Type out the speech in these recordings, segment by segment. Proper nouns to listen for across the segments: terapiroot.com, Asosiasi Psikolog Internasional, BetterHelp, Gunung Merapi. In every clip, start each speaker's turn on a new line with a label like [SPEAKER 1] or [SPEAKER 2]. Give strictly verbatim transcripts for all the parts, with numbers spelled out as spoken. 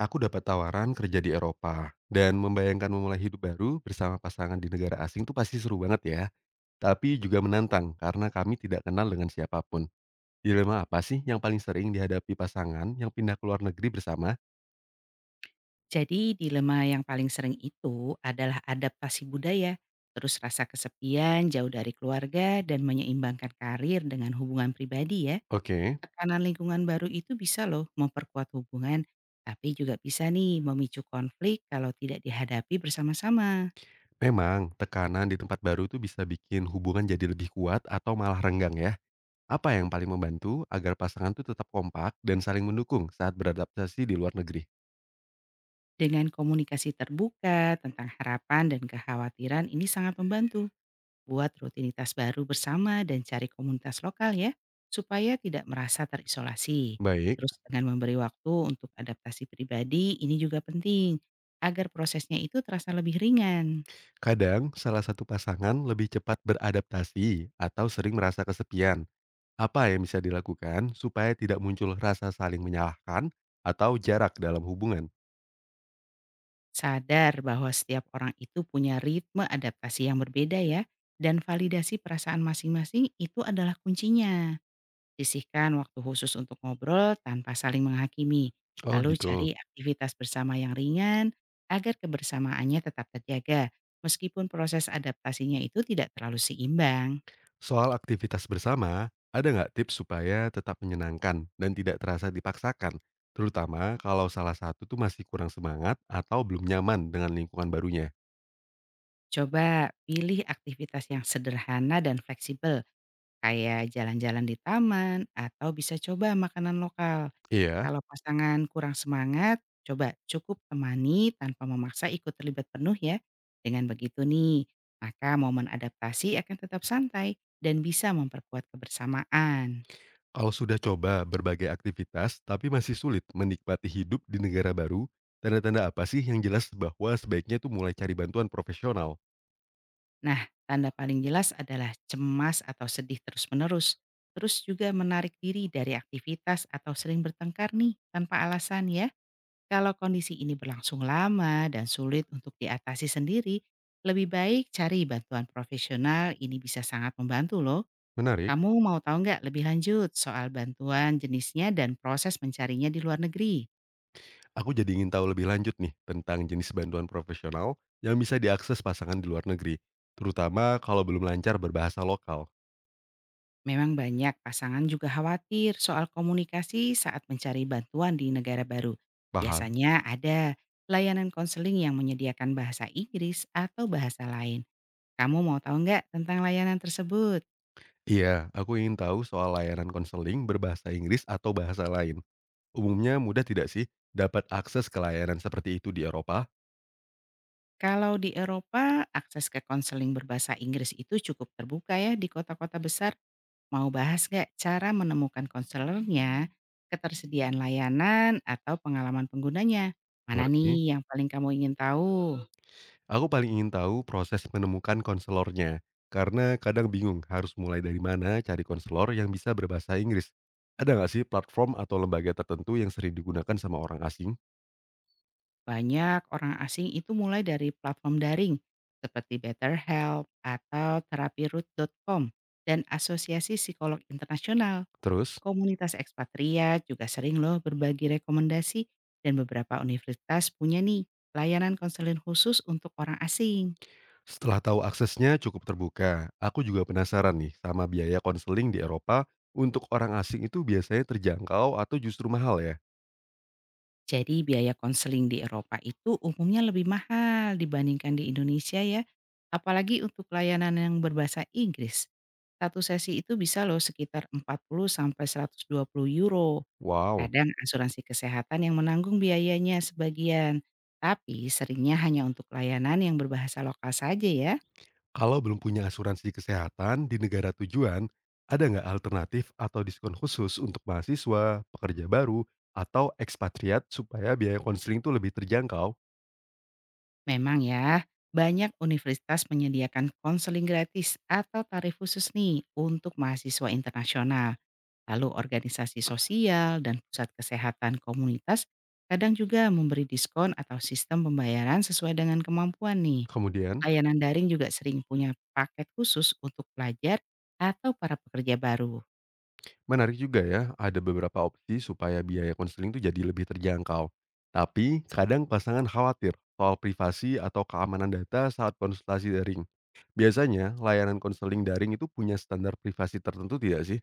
[SPEAKER 1] Aku dapat tawaran kerja di Eropa, dan membayangkan memulai hidup baru bersama pasangan di negara asing tuh pasti seru banget ya. Tapi juga menantang karena kami tidak kenal dengan siapapun. Dilema apa sih yang paling sering dihadapi pasangan yang pindah ke luar negeri bersama?
[SPEAKER 2] Jadi dilema yang paling sering itu adalah adaptasi budaya, terus rasa kesepian, jauh dari keluarga, dan menyeimbangkan karir dengan hubungan pribadi ya.
[SPEAKER 1] Oke,
[SPEAKER 2] Tekanan lingkungan baru itu bisa loh memperkuat hubungan, tapi juga bisa nih memicu konflik kalau tidak dihadapi bersama-sama.
[SPEAKER 1] memang tekanan di tempat baru tuh bisa bikin hubungan jadi lebih kuat atau malah renggang ya. Apa yang paling membantu agar pasangan tuh tetap kompak dan saling mendukung saat beradaptasi di luar negeri?
[SPEAKER 2] Dengan komunikasi terbuka tentang harapan dan kekhawatiran ini sangat membantu. Buat rutinitas baru bersama dan cari komunitas lokal ya, supaya tidak merasa terisolasi.
[SPEAKER 1] Baik,
[SPEAKER 2] Terus dengan memberi waktu untuk adaptasi pribadi, ini juga penting, agar prosesnya itu terasa lebih ringan.
[SPEAKER 1] kadang salah satu pasangan lebih cepat beradaptasi atau sering merasa kesepian. Apa yang bisa dilakukan supaya tidak muncul rasa saling menyalahkan atau jarak dalam hubungan?
[SPEAKER 2] Sadar bahwa setiap orang itu punya ritme adaptasi yang berbeda ya, dan validasi perasaan masing-masing itu adalah kuncinya. Sisihkan waktu khusus untuk ngobrol tanpa saling menghakimi.
[SPEAKER 1] Oh
[SPEAKER 2] Lalu cari
[SPEAKER 1] gitu.
[SPEAKER 2] aktivitas bersama yang ringan agar kebersamaannya tetap terjaga meskipun proses adaptasinya itu tidak terlalu seimbang.
[SPEAKER 1] Soal aktivitas bersama, ada nggak tips supaya tetap menyenangkan dan tidak terasa dipaksakan? Terutama kalau salah satu tuh masih kurang semangat atau belum nyaman dengan lingkungan barunya.
[SPEAKER 2] Coba pilih aktivitas yang sederhana dan fleksibel kayak jalan-jalan di taman atau bisa coba makanan lokal.
[SPEAKER 1] Iya.
[SPEAKER 2] Kalau pasangan kurang semangat, coba cukup temani tanpa memaksa ikut terlibat penuh ya. Dengan begitu nih, maka momen adaptasi akan tetap santai dan bisa memperkuat kebersamaan.
[SPEAKER 1] Kalau sudah coba berbagai aktivitas tapi masih sulit menikmati hidup di negara baru, tanda-tanda apa sih yang jelas bahwa sebaiknya itu mulai cari bantuan profesional?
[SPEAKER 2] Nah, tanda paling jelas adalah cemas atau sedih terus-menerus. Terus juga menarik diri dari aktivitas atau sering bertengkar nih tanpa alasan ya. Kalau kondisi ini berlangsung lama dan sulit untuk diatasi sendiri, lebih baik cari bantuan profesional, ini bisa sangat membantu loh.
[SPEAKER 1] Menarik,
[SPEAKER 2] Kamu mau tahu nggak lebih lanjut soal bantuan jenisnya dan proses mencarinya di luar negeri?
[SPEAKER 1] aku jadi ingin tahu lebih lanjut nih tentang jenis bantuan profesional yang bisa diakses pasangan di luar negeri, terutama kalau belum lancar berbahasa lokal.
[SPEAKER 2] Memang banyak pasangan juga khawatir soal komunikasi saat mencari bantuan di negara baru.
[SPEAKER 1] Paham?
[SPEAKER 2] Biasanya ada layanan konseling yang menyediakan bahasa Inggris atau bahasa lain. Kamu mau tahu nggak tentang layanan tersebut?
[SPEAKER 1] Iya, aku ingin tahu soal layanan konseling berbahasa Inggris atau bahasa lain. Umumnya mudah tidak sih dapat akses ke layanan seperti itu di Eropa?
[SPEAKER 2] Kalau di Eropa, akses ke konseling berbahasa Inggris itu cukup terbuka ya di kota-kota besar. Mau bahas nggak cara menemukan konselornya, ketersediaan layanan, atau pengalaman penggunanya? Mana
[SPEAKER 1] Mengerti?
[SPEAKER 2] nih yang paling kamu ingin tahu?
[SPEAKER 1] Aku paling ingin tahu proses menemukan konselornya, karena kadang bingung harus mulai dari mana cari konselor yang bisa berbahasa Inggris. Ada nggak sih platform atau lembaga tertentu yang sering digunakan sama orang asing?
[SPEAKER 2] Banyak orang asing itu mulai dari platform daring seperti BetterHelp atau terapiroot titik com dan Asosiasi Psikolog Internasional.
[SPEAKER 1] Terus,
[SPEAKER 2] Komunitas ekspatriat juga sering loh berbagi rekomendasi dan beberapa universitas punya nih layanan konseling khusus untuk orang asing.
[SPEAKER 1] setelah tahu aksesnya cukup terbuka, aku juga penasaran nih sama biaya konseling di Eropa untuk orang asing itu biasanya terjangkau atau justru mahal ya?
[SPEAKER 2] Jadi biaya konseling di Eropa itu umumnya lebih mahal dibandingkan di Indonesia ya, apalagi untuk layanan yang berbahasa Inggris. Satu sesi itu bisa loh sekitar empat puluh sampai seratus dua puluh euro.
[SPEAKER 1] Wow.
[SPEAKER 2] Kadang asuransi kesehatan yang menanggung biayanya sebagian, tapi seringnya hanya untuk layanan yang berbahasa lokal saja ya.
[SPEAKER 1] Kalau belum punya asuransi kesehatan di negara tujuan, ada nggak alternatif atau diskon khusus untuk mahasiswa, pekerja baru, atau ekspatriat supaya biaya konseling itu lebih terjangkau?
[SPEAKER 2] Memang ya, banyak universitas menyediakan konseling gratis atau tarif khusus nih untuk mahasiswa internasional. Lalu organisasi sosial dan pusat kesehatan komunitas kadang juga memberi diskon atau sistem pembayaran sesuai dengan kemampuan nih.
[SPEAKER 1] Kemudian,
[SPEAKER 2] Layanan daring juga sering punya paket khusus untuk pelajar atau para pekerja baru.
[SPEAKER 1] menarik juga ya, ada beberapa opsi supaya biaya konseling itu jadi lebih terjangkau. Tapi, kadang pasangan khawatir soal privasi atau keamanan data saat konsultasi daring. Biasanya, layanan konseling daring itu punya standar privasi tertentu tidak sih?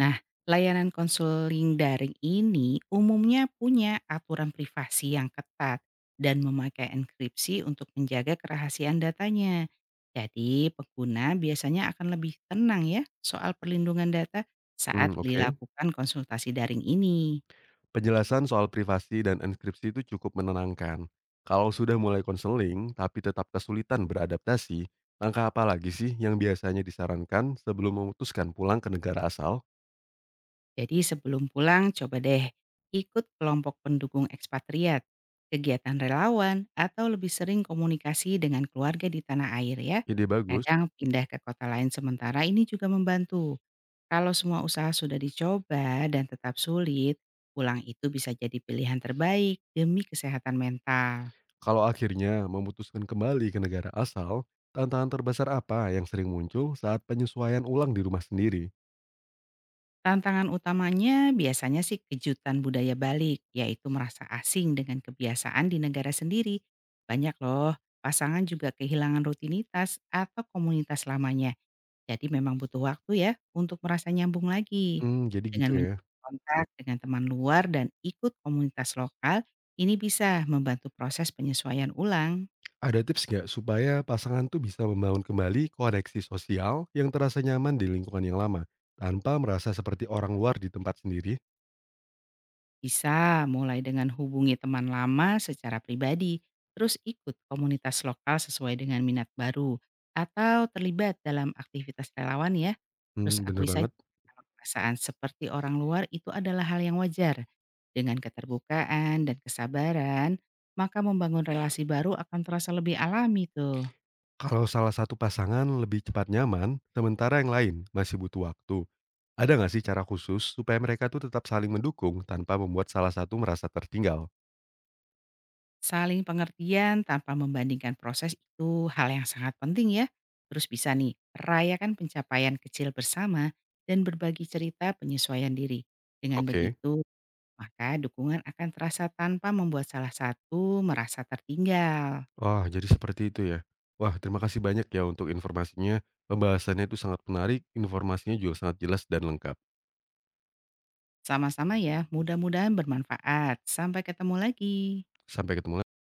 [SPEAKER 2] Nah, layanan konseling daring ini umumnya punya aturan privasi yang ketat dan memakai enkripsi untuk menjaga kerahasiaan datanya. Jadi, pengguna biasanya akan lebih tenang ya soal perlindungan data saat
[SPEAKER 1] Hmm, oke.
[SPEAKER 2] dilakukan konsultasi daring ini.
[SPEAKER 1] Penjelasan soal privasi dan inskripsi itu cukup menenangkan. Kalau sudah mulai konseling, tapi tetap kesulitan beradaptasi, langkah apa lagi sih yang biasanya disarankan sebelum memutuskan pulang ke negara asal?
[SPEAKER 2] Jadi sebelum pulang, coba deh ikut kelompok pendukung ekspatriat, kegiatan relawan, atau lebih sering komunikasi dengan keluarga di tanah air ya.
[SPEAKER 1] Ide bagus.
[SPEAKER 2] Kadang pindah ke kota lain sementara ini juga membantu. Kalau semua usaha sudah dicoba dan tetap sulit, pulang itu bisa jadi pilihan terbaik demi kesehatan mental.
[SPEAKER 1] Kalau akhirnya memutuskan kembali ke negara asal, tantangan terbesar apa yang sering muncul saat penyesuaian ulang di rumah sendiri?
[SPEAKER 2] Tantangan utamanya biasanya sih kejutan budaya balik, yaitu merasa asing dengan kebiasaan di negara sendiri. Banyak loh, pasangan juga kehilangan rutinitas atau komunitas lamanya. Jadi memang butuh waktu ya untuk merasa nyambung lagi.
[SPEAKER 1] Hmm, jadi gitu
[SPEAKER 2] Dengan
[SPEAKER 1] ya.
[SPEAKER 2] menjalin kontak dengan teman luar dan ikut komunitas lokal, ini bisa membantu proses penyesuaian ulang.
[SPEAKER 1] Ada tips nggak supaya pasangan tuh bisa membangun kembali koneksi sosial yang terasa nyaman di lingkungan yang lama, tanpa merasa seperti orang luar di tempat sendiri?
[SPEAKER 2] Bisa mulai dengan hubungi teman lama secara pribadi, terus ikut komunitas lokal sesuai dengan minat baru, atau terlibat dalam aktivitas relawan ya. Terus
[SPEAKER 1] Hmm, bener
[SPEAKER 2] akui saja
[SPEAKER 1] banget.
[SPEAKER 2] kalau perasaan seperti orang luar itu adalah hal yang wajar. Dengan keterbukaan dan kesabaran, maka membangun relasi baru akan terasa lebih alami tuh.
[SPEAKER 1] Kalau salah satu pasangan lebih cepat nyaman, sementara yang lain masih butuh waktu. Ada nggak sih cara khusus supaya mereka tuh tetap saling mendukung tanpa membuat salah satu merasa tertinggal?
[SPEAKER 2] Saling pengertian tanpa membandingkan proses itu hal yang sangat penting ya. Terus bisa nih, rayakan pencapaian kecil bersama dan berbagi cerita penyesuaian diri. Dengan
[SPEAKER 1] Oke.
[SPEAKER 2] begitu, maka dukungan akan terasa tanpa membuat salah satu merasa tertinggal.
[SPEAKER 1] Wah, jadi seperti itu ya. Wah, terima kasih banyak ya untuk informasinya. Pembahasannya itu sangat menarik, informasinya juga sangat jelas dan lengkap.
[SPEAKER 2] Sama-sama ya, mudah-mudahan bermanfaat. Sampai ketemu lagi.
[SPEAKER 1] Sampai ketemu lagi.